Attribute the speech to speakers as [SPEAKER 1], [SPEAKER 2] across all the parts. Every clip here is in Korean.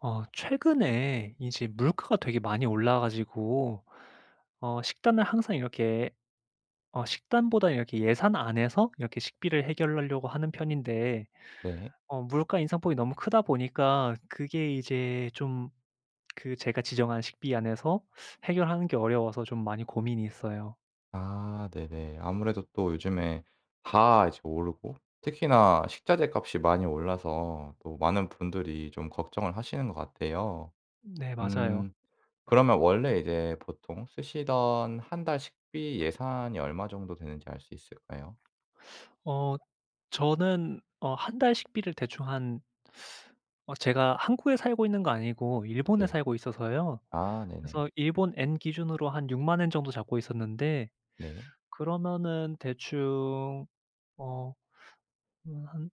[SPEAKER 1] 최근에 이제 물가가 되게 많이 올라 가지고 식단을 항상 이렇게, 식단보다 이렇게 예산 안에서 이렇게 식비를 해결하려고 하는 편인데,
[SPEAKER 2] 네.
[SPEAKER 1] 물가 인상폭이 너무 크다 보니까 그게 이제 좀, 그 제가 지정한 식비 안에서 해결하는 게 어려워서 좀 많이 고민이 있어요.
[SPEAKER 2] 아 네네. 아무래도 또 요즘에 다 이제 오르고 특히나 식자재 값이 많이 올라서 또 많은 분들이 좀 걱정을 하시는 것 같아요.
[SPEAKER 1] 네, 맞아요.
[SPEAKER 2] 음 그러면 원래 이제 보통 쓰시던 한 달 식비 예산이 얼마 정도 되는지 알 수 있을까요?
[SPEAKER 1] 어 저는 한 달 식비를 대충 한, 제가 한국에 살고 있는 거 아니고 일본에
[SPEAKER 2] 네.
[SPEAKER 1] 살고 있어서요.
[SPEAKER 2] 아 네네.
[SPEAKER 1] 그래서 일본 엔 기준으로 한6만엔 정도 잡고 있었는데,
[SPEAKER 2] 네.
[SPEAKER 1] 그러면은 대충, 어 한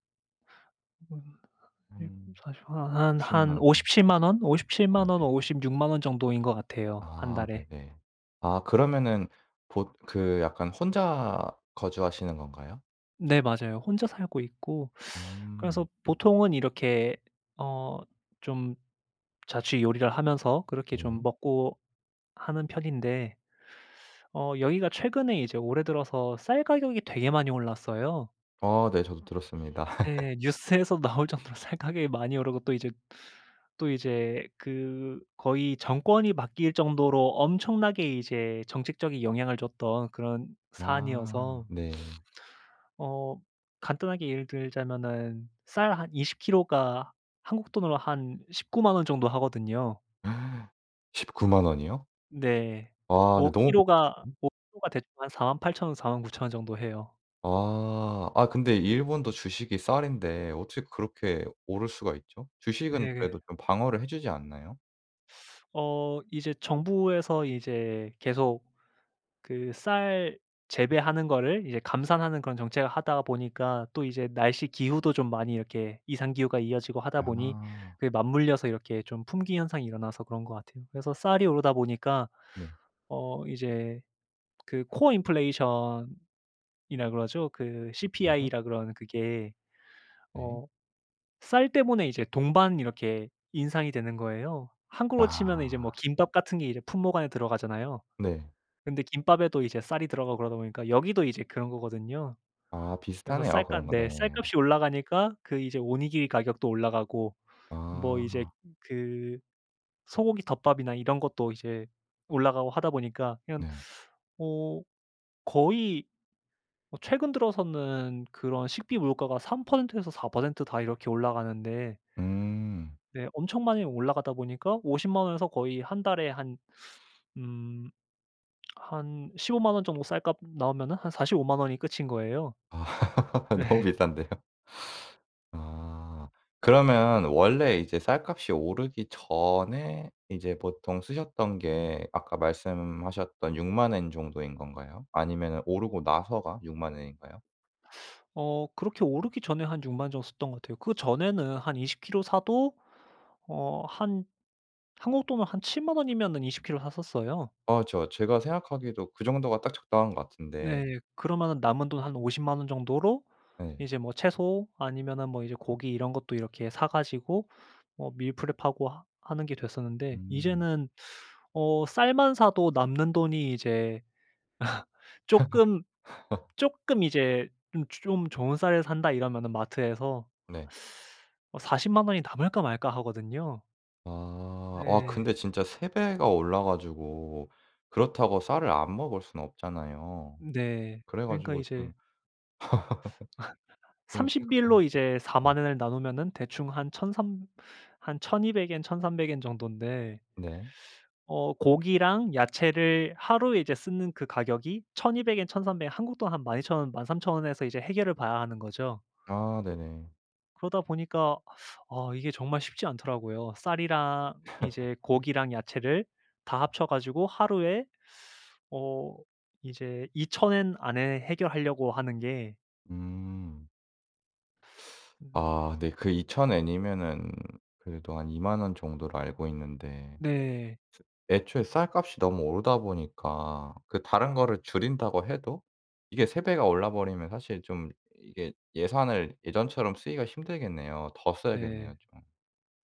[SPEAKER 2] 한
[SPEAKER 1] 사십, 한
[SPEAKER 2] 6 0만
[SPEAKER 1] 한
[SPEAKER 2] 원
[SPEAKER 1] 5,
[SPEAKER 2] 정도.
[SPEAKER 1] 7만 원? 5, 7
[SPEAKER 2] 아
[SPEAKER 1] 만 원,
[SPEAKER 2] 네.
[SPEAKER 1] 5, 6만 원 정도인 것 같아요, 한
[SPEAKER 2] 아
[SPEAKER 1] 달에.
[SPEAKER 2] 네네. 아 그러면은 보 그 약간 혼자 거주하시는 건가요?
[SPEAKER 1] 네, 맞아요. 혼자 살고 있고,
[SPEAKER 2] 음.
[SPEAKER 1] 그래서 보통은 이렇게, 어 좀 자취 요리를 하면서 그렇게 좀
[SPEAKER 2] 네.
[SPEAKER 1] 먹고 하는 편인데, 여기가 최근에 이제 올해 들어서 쌀 가격이 되게 많이 올랐어요.
[SPEAKER 2] 아 네. 저도 들었습니다.
[SPEAKER 1] 예. 뉴스에서 나올 정도로 살가게 많이 오르고, 또 이제 그 거의 정권이 바뀔 정도로 엄청나게 이제 정책적인 영향을 줬던 그런
[SPEAKER 2] 아
[SPEAKER 1] 사안이어서,
[SPEAKER 2] 네.
[SPEAKER 1] 어 간단하게 예를 들자면은, 쌀 한 20 킬로가 한국 돈으로 한 1 9만 원 정도 하거든요.
[SPEAKER 2] 1 9만 원이요?
[SPEAKER 1] 네.
[SPEAKER 2] 아 근데
[SPEAKER 1] 5
[SPEAKER 2] 너무 비.
[SPEAKER 1] 킬로가 5 킬로가 대충 한 48,000 원, 49,000 원 정도 해요.
[SPEAKER 2] 아. 아 근데 일본도 주식이 쌀인데 어떻게 그렇게 오를 수가 있죠? 주식은
[SPEAKER 1] 네.
[SPEAKER 2] 그래도 좀 방어를 해 주지 않나요?
[SPEAKER 1] 이제 정부에서 이제 계속 그 쌀 재배하는 거를 이제 감산하는 그런 정책을 하다 보니까, 또 이제 날씨 기후도 좀 많이 이렇게 이상 기후가 이어지고 하다 보니
[SPEAKER 2] 아.
[SPEAKER 1] 그게 맞물려서 이렇게 좀 품귀 현상이 일어나서 그런 것 같아요. 그래서 쌀이 오르다 보니까
[SPEAKER 2] 네.
[SPEAKER 1] 이제 그 코어 인플레이션이라 그러죠. 그
[SPEAKER 2] 네.
[SPEAKER 1] CPI라 그러는 그게,
[SPEAKER 2] 네.
[SPEAKER 1] 어 쌀 때문에 이제 동반 이렇게 인상이 되는 거예요. 한국으로 치면은 이제 뭐
[SPEAKER 2] 아.
[SPEAKER 1] 김밥 같은 게 이제 품목 안에 들어가잖아요.
[SPEAKER 2] 네.
[SPEAKER 1] 근데 김밥에도 이제 쌀이 들어가고 그러다 보니까 여기도 이제 그런 거거든요.
[SPEAKER 2] 아
[SPEAKER 1] 그래서
[SPEAKER 2] 비슷하네요 그런
[SPEAKER 1] 쌀값,
[SPEAKER 2] 거. 네.
[SPEAKER 1] 네, 쌀값이 올라가니까 그 이제 오니기리 가격도 올라가고, 뭐 이제
[SPEAKER 2] 아.
[SPEAKER 1] 그 소고기 덮밥이나 이런 것도 이제 올라가고 하다 보니까 그냥,
[SPEAKER 2] 네.
[SPEAKER 1] 어 거의, 최근 들어서는 그런 식비 물가가 3% 에서 4%다 이렇게 올라가는데,
[SPEAKER 2] 음.
[SPEAKER 1] 네, 엄청 많이 올라가다 보니까 5 0만 원에서 거의 한 달에 음 한 1 5만 원 정도 쌀값 나오면은 한 4 5만 원이 끝인 거예요.
[SPEAKER 2] 아 너무
[SPEAKER 1] 네.
[SPEAKER 2] 비싼데요. 아. 그러면 원래 이제 쌀값이 오르기 전에 이제 보통 쓰셨던 게 아까 말씀하셨던 6만 엔 정도인 건가요? 아니면은 오르고 나서가 6만 엔인가요?
[SPEAKER 1] 그렇게 오르기 전에 한6만 정도 썼던 것 같아요. 그전에는 한 20 kg 사도, 어 한 한국 돈으로 한7만 원이면은 20 kg 샀었어요.
[SPEAKER 2] 아 제가 생각하기에도 그 정도가 딱 적당한 것 같은데.
[SPEAKER 1] 네. 그러면은 남은 돈 한 5 만 원 정도로
[SPEAKER 2] 네.
[SPEAKER 1] 이제 뭐 채소 아니면은 뭐 이제 고기 이런 것도 이렇게 사 가지고 뭐 밀프렙하고 하 하는 게 됐었는데,
[SPEAKER 2] 음
[SPEAKER 1] 이제는 쌀만 사도 남는 돈이 이제 쪼끔, 이제 좀 좋은 쌀을 산다 이러면은 마트에서
[SPEAKER 2] 네.
[SPEAKER 1] 4 0만 원이 남을까 말까 하거든요.
[SPEAKER 2] 아. 와
[SPEAKER 1] 예.
[SPEAKER 2] 근데 진짜 3 배가 올라 가지고 그렇다고 쌀을 안 먹을 수는 없잖아요.
[SPEAKER 1] 네.
[SPEAKER 2] 그래
[SPEAKER 1] 그러니까
[SPEAKER 2] 가지고
[SPEAKER 1] 이제
[SPEAKER 2] 좀
[SPEAKER 1] 30
[SPEAKER 2] 심각하긴
[SPEAKER 1] 일로
[SPEAKER 2] 한데.
[SPEAKER 1] 이제 4
[SPEAKER 2] 네.
[SPEAKER 1] 만 원을 나누면은 대충 한1 0한 1,200엔 1,300엔 정돈데,
[SPEAKER 2] 네.
[SPEAKER 1] 고기랑 야채를 하루에 이제 쓰는 그 가격이 1,200엔 1,300엔, 한국 돈 한 12,000원 13,000 원에서 이제 해결을 봐야 하는 거죠.
[SPEAKER 2] 아 네네.
[SPEAKER 1] 그러다 보니까 이게 정말 쉽지 않더라고요. 쌀이랑 이제 고기랑 야채를 다 합쳐 가지고 하루에 어 이제 2천엔 안에 해결하려고 하는 게,
[SPEAKER 2] 음. 아 네. 그 2,000 엔이면은 그래도 한2만 원 정도로 알고 있는데
[SPEAKER 1] 네,
[SPEAKER 2] 애초에 쌀값이 너무 오르다 보니까 그 다른 거를 줄인다고 해도 이게 3 배가 올라 버리면 사실 좀 이게 예산을 예전처럼 쓰기가 힘들겠네요. 더
[SPEAKER 1] 네.
[SPEAKER 2] 써야겠네요 좀.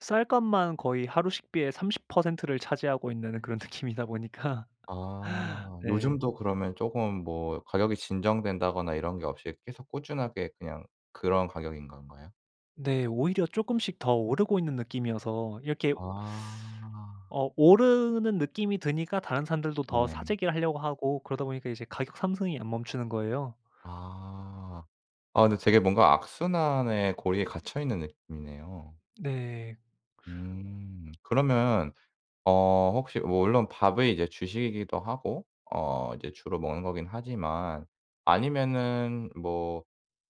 [SPEAKER 1] 쌀값만 거의 하루 식비의 30%를 차지하고 있는 그런 느낌이다 보니까
[SPEAKER 2] 아
[SPEAKER 1] 네.
[SPEAKER 2] 요즘도 그러면 조금 뭐 가격이 진정된다거나 이런 게 없이 계속 꾸준하게 그냥 그런 가격인 건가요?
[SPEAKER 1] 네. 오히려 조금씩 더 오르고 있는 느낌이어서 이렇게
[SPEAKER 2] 아.
[SPEAKER 1] 오르는 느낌이 드니까 다른 사람들도 더
[SPEAKER 2] 네.
[SPEAKER 1] 사재기를 하려고 하고 그러다 보니까 이제 가격 상승이 안 멈추는 거예요.
[SPEAKER 2] 아. 아 근데 되게 뭔가 악순환의 고리에 갇혀 있는 느낌이네요.
[SPEAKER 1] 네.
[SPEAKER 2] 음. 그러면 혹시 뭐 물론 밥이 이제 주식이기도 하고 이제 주로 먹는 거긴 하지만 아니면은 뭐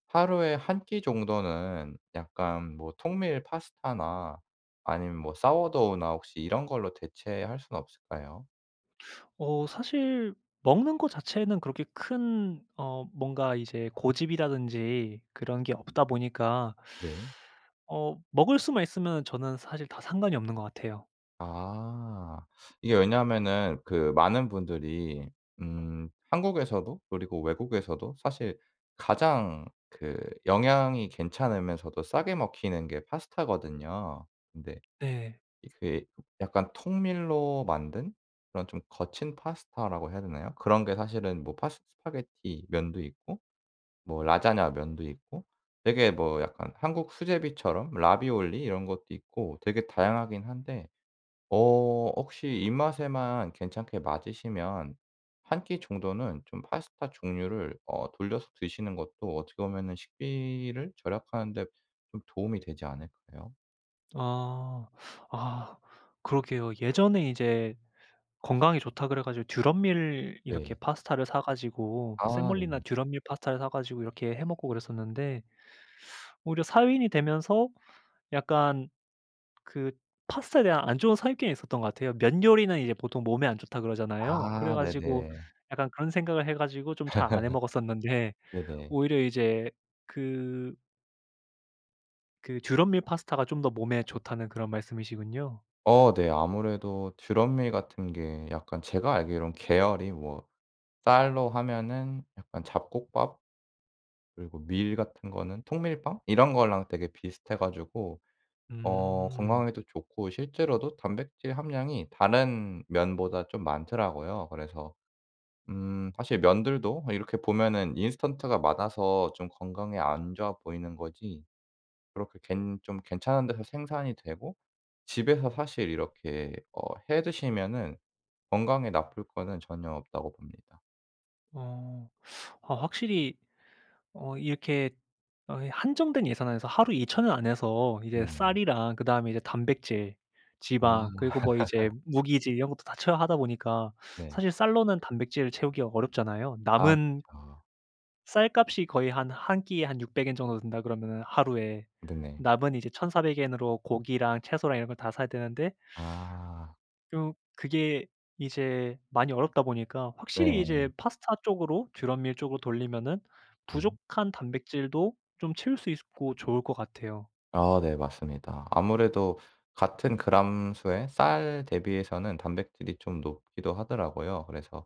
[SPEAKER 2] 하루에 한 끼 정도는 약간 뭐 통밀 파스타나 아니면 뭐 사워도우나 혹시 이런 걸로 대체할 수는 없을까요?
[SPEAKER 1] 사실 먹는 거 자체는 그렇게 큰 뭔가 이제 고집이라든지 그런 게 없다 보니까
[SPEAKER 2] 네.
[SPEAKER 1] 먹을 수만 있으면 저는 사실 다 상관이 없는 것 같아요.
[SPEAKER 2] 아. 이게 왜냐하면은 그 많은 분들이 한국에서도 그리고 외국에서도 사실 가장 그 영양이 괜찮으면서도 싸게 먹히는 게 파스타거든요. 근데
[SPEAKER 1] 네.
[SPEAKER 2] 이게 약간 통밀로 만든 그런 좀 거친 파스타라고 해야 되나요? 그런 게 사실은 뭐 파스 스파게티 면도 있고 뭐 라자냐 면도 있고 되게 뭐 약간 한국 수제비처럼 라비올리 이런 것도 있고 되게 다양하긴 한데 혹시 입맛에만 괜찮게 맞으시면 한 끼 정도는 좀 파스타 종류를 돌려서 드시는 것도 어떻게 보면은 식비를 절약하는 데 좀 도움이 되지 않을까요?
[SPEAKER 1] 아. 아, 그러게요. 예전에 이제 건강에 좋다 그래 가지고 듀럼밀 이렇게
[SPEAKER 2] 네.
[SPEAKER 1] 파스타를 사 가지고,
[SPEAKER 2] 아 네.
[SPEAKER 1] 세몰리나 듀럼밀 파스타를 사 가지고 이렇게 해 먹고 그랬었는데, 오히려 사회인이 되면서 약간 그, 파스타에 대한 안 좋은 선입견이 있었던 것 같아요. 면 요리는 이제 보통 몸에 안 좋다 그러잖아요. 그래
[SPEAKER 2] 아
[SPEAKER 1] 가지고
[SPEAKER 2] 네네.
[SPEAKER 1] 약간 그런 생각을 해 가지고 좀 잘 안해 먹었었는데,
[SPEAKER 2] 네네.
[SPEAKER 1] 오히려 이제 그 듀럼밀 파스타가 좀 더 몸에 좋다는 그런 말씀이시군요.
[SPEAKER 2] 어 네. 아무래도 드럼밀 같은 게 약간 제가 알기로는 계열이 뭐 쌀로 하면은 약간 잡곡밥 그리고 밀 같은 거는 통밀빵 이런 거랑 되게 비슷해 가지고
[SPEAKER 1] 음.
[SPEAKER 2] 건강에도 좋고 실제로도 단백질 함량이 다른 면보다 좀 많더라고요. 그래서 사실 면들도 이렇게 보면은 인스턴트가 많아서 좀 건강에 안 좋아 보이는 거지 그렇게 괜 좀 괜찮은 데서 생산이 되고 집에서 사실 이렇게 해 드시면은 건강에 나쁠 거는 전혀 없다고 봅니다.
[SPEAKER 1] 어. 아, 확실히 이렇게 한정된 예산 안에서 하루 2천원 안에서 이제
[SPEAKER 2] 네네.
[SPEAKER 1] 쌀이랑, 그다음에 이제 단백질, 지방,
[SPEAKER 2] 아
[SPEAKER 1] 그리고 뭐 이제 무기질 이런 것도 다 채워 하다 보니까,
[SPEAKER 2] 네.
[SPEAKER 1] 사실 쌀로는 단백질을 채우기가 어렵잖아요.
[SPEAKER 2] 아
[SPEAKER 1] 남은
[SPEAKER 2] 그쵸.
[SPEAKER 1] 쌀값이 거의 한 한 끼에 한 600엔 정도 든다 그러면은, 하루에
[SPEAKER 2] 네네.
[SPEAKER 1] 남은 이제 1,400 엔으로 고기랑 채소랑 이런 걸 다 사야 되는데,
[SPEAKER 2] 아.
[SPEAKER 1] 그게 이제 많이 어렵다 보니까, 확실히
[SPEAKER 2] 네.
[SPEAKER 1] 이제 파스타 쪽으로 듀럼밀 쪽으로 돌리면은
[SPEAKER 2] 네.
[SPEAKER 1] 부족한 단백질도 좀 채울 수 있고 좋을 것 같아요.
[SPEAKER 2] 아 네 맞습니다. 아무래도 같은 그램 수의 쌀 대비해서는 단백질이 좀 높기도 하더라고요. 그래서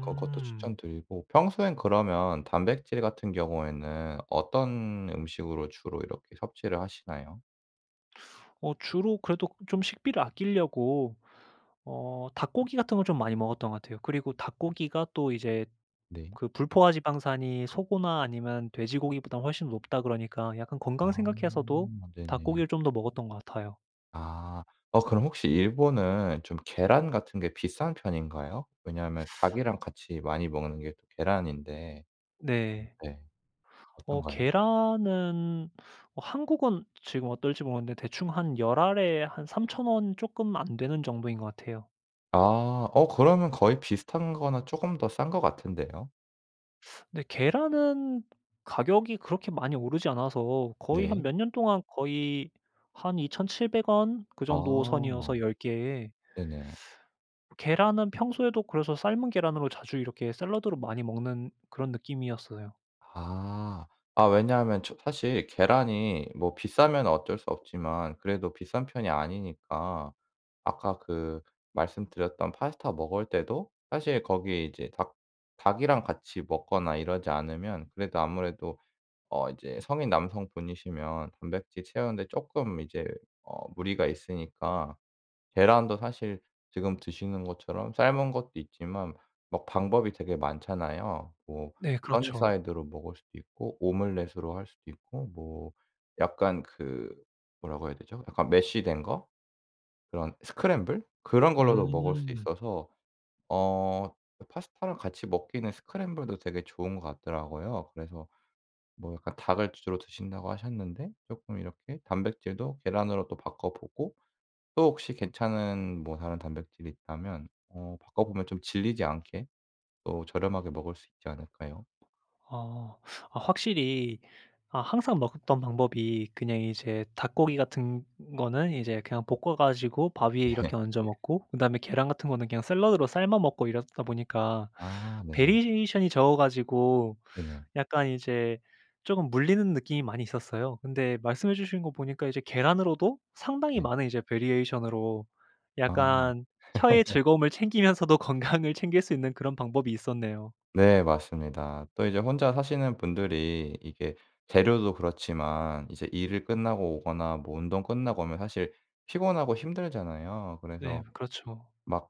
[SPEAKER 2] 그것도 추천드리고 평소엔 그러면 단백질 같은 경우에는 어떤 음식으로 주로 이렇게 섭취를 하시나요?
[SPEAKER 1] 주로 그래도 좀 식비를 아끼려고 닭고기 같은 걸 좀 많이 먹었던 것 같아요. 그리고 닭고기가 또 이제
[SPEAKER 2] 네.
[SPEAKER 1] 그 불포화 지방산이 소고나 아니면 돼지고기보다 훨씬 높다 그러니까, 약간 건강
[SPEAKER 2] 아
[SPEAKER 1] 생각해서도
[SPEAKER 2] 네네.
[SPEAKER 1] 닭고기를 좀 더 먹었던 것 같아요.
[SPEAKER 2] 아. 그럼 혹시 일본은 좀 계란 같은 게 비싼 편인가요? 왜냐하면 닭이랑 같이 많이 먹는 게 또 계란인데
[SPEAKER 1] 네.
[SPEAKER 2] 네. 어떤가요?
[SPEAKER 1] 계란은, 한국은 지금 어떨지 모르는데 대충 한 열 알에 한3천원 조금 안 되는 정도인 것 같아요.
[SPEAKER 2] 아. 그러면 거의 비슷한 거나 쪼금 더 싼 것 같은데요.
[SPEAKER 1] 근데 계란은 가격이 그렇게 많이 오르지 않아서, 거의 한
[SPEAKER 2] 네.
[SPEAKER 1] 몇 년 동안 거의 한 2,700원 그 정도
[SPEAKER 2] 아.
[SPEAKER 1] 선이어서 10 개에.
[SPEAKER 2] 네네.
[SPEAKER 1] 계란은 평소에도 그래서 삶은 계란으로 자주 이렇게 샐러드로 많이 먹는 그런 느낌이었어요.
[SPEAKER 2] 아. 아 왜냐하면 저 사실 계란이 뭐 비싸면 어쩔 수 없지만 그래도 비싼 편이 아니니까 아까 그 말씀드렸던 파스타 먹을 때도 사실 거기에 이제 닭 닭이랑 같이 먹거나 이러지 않으면 그래도 아무래도 이제 성인 남성분이시면 단백질 채우는데 쪼끔 이제 무리가 있으니까 계란도 사실 지금 드시는 것처럼 삶은 것도 있지만 막 방법이 되게 많잖아요. 뭐
[SPEAKER 1] 네, 그렇죠.
[SPEAKER 2] 써니사이드로 먹을 수도 있고 오믈렛으로 할 수도 있고 뭐 약간 그 뭐라고 해야 되죠? 약간 메쉬된 거? 그런 스크램블? 그런 걸로도 먹을 수
[SPEAKER 1] 음.
[SPEAKER 2] 있어서 어 파스타랑 같이 먹기는 스크램블도 되게 좋은 것 같더라고요. 그래서 뭐 약간 닭을 주로 드신다고 하셨는데 조금 이렇게 단백질도 계란으로 또 바꿔 보고 또 혹시 괜찮은 뭐 다른 단백질이 있다면 바꿔보면 좀 질리지 않게 또 저렴하게 먹을 수 있지 않을까요?
[SPEAKER 1] 어. 아, 확실히. 아, 항상 먹었던 방법이 그냥 이제 닭고기 같은 거는 이제 그냥 볶아 가지고 밥 위에
[SPEAKER 2] 네.
[SPEAKER 1] 이렇게 얹어 먹고, 그다음에 계란 같은 거는 그냥 샐러드로 삶아 먹고 이러다 보니까
[SPEAKER 2] 아 네네.
[SPEAKER 1] 베리에이션이 적어 가지고
[SPEAKER 2] 네네.
[SPEAKER 1] 약간 이제 조금 물리는 느낌이 많이 있었어요. 근데 말씀해 주신 거 보니까 이제 계란으로도 상당히
[SPEAKER 2] 네.
[SPEAKER 1] 많은 이제 베리에이션으로
[SPEAKER 2] 아
[SPEAKER 1] 약간 혀의 즐거움을 챙기면서도 건강을 챙길 수 있는 그런 방법이 있었네요.
[SPEAKER 2] 네 맞습니다. 또 이제 혼자 사시는 분들이 이게 재료도 그렇지만 이제 일을 끝나고 오거나 뭐 운동 끝나고 오면 사실 피곤하고 힘들잖아요.
[SPEAKER 1] 네.
[SPEAKER 2] 그래서
[SPEAKER 1] 그렇죠.
[SPEAKER 2] 막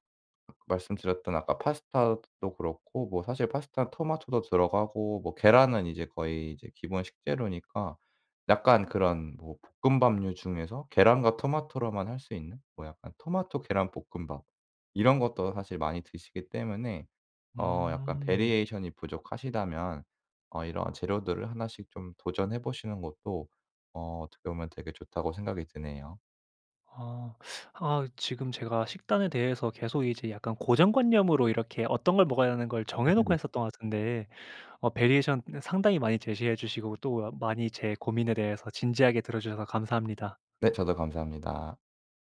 [SPEAKER 2] 말씀드렸던 아까 파스타도 그렇고 뭐 사실 파스타는 토마토도 들어가고 뭐 계란은 이제 거의 이제 기본 식재료니까 약간 그런 뭐 볶음밥류 중에서 계란과 토마토로만 할 수 있는 뭐 약간 토마토 계란 볶음밥 이런 것도 사실 많이 드시기 때문에 약간
[SPEAKER 1] 음.
[SPEAKER 2] 베리에이션이 부족하시다면 이런 재료들을 하나씩 좀 도전해 보시는 것도 어떻게 보면 되게 좋다고 생각이 드네요.
[SPEAKER 1] 아. 아, 지금 제가 식단에 대해서 계속 이제 약간 고정관념으로 이렇게 어떤 걸 먹어야 하는 걸 정해 놓고 했었던 것 같은데, 베리에이션 상당히 많이 제시해 주시고 또 많이 제 고민에 대해서 진지하게 들어 주셔서 감사합니다.
[SPEAKER 2] 네 저도 감사합니다.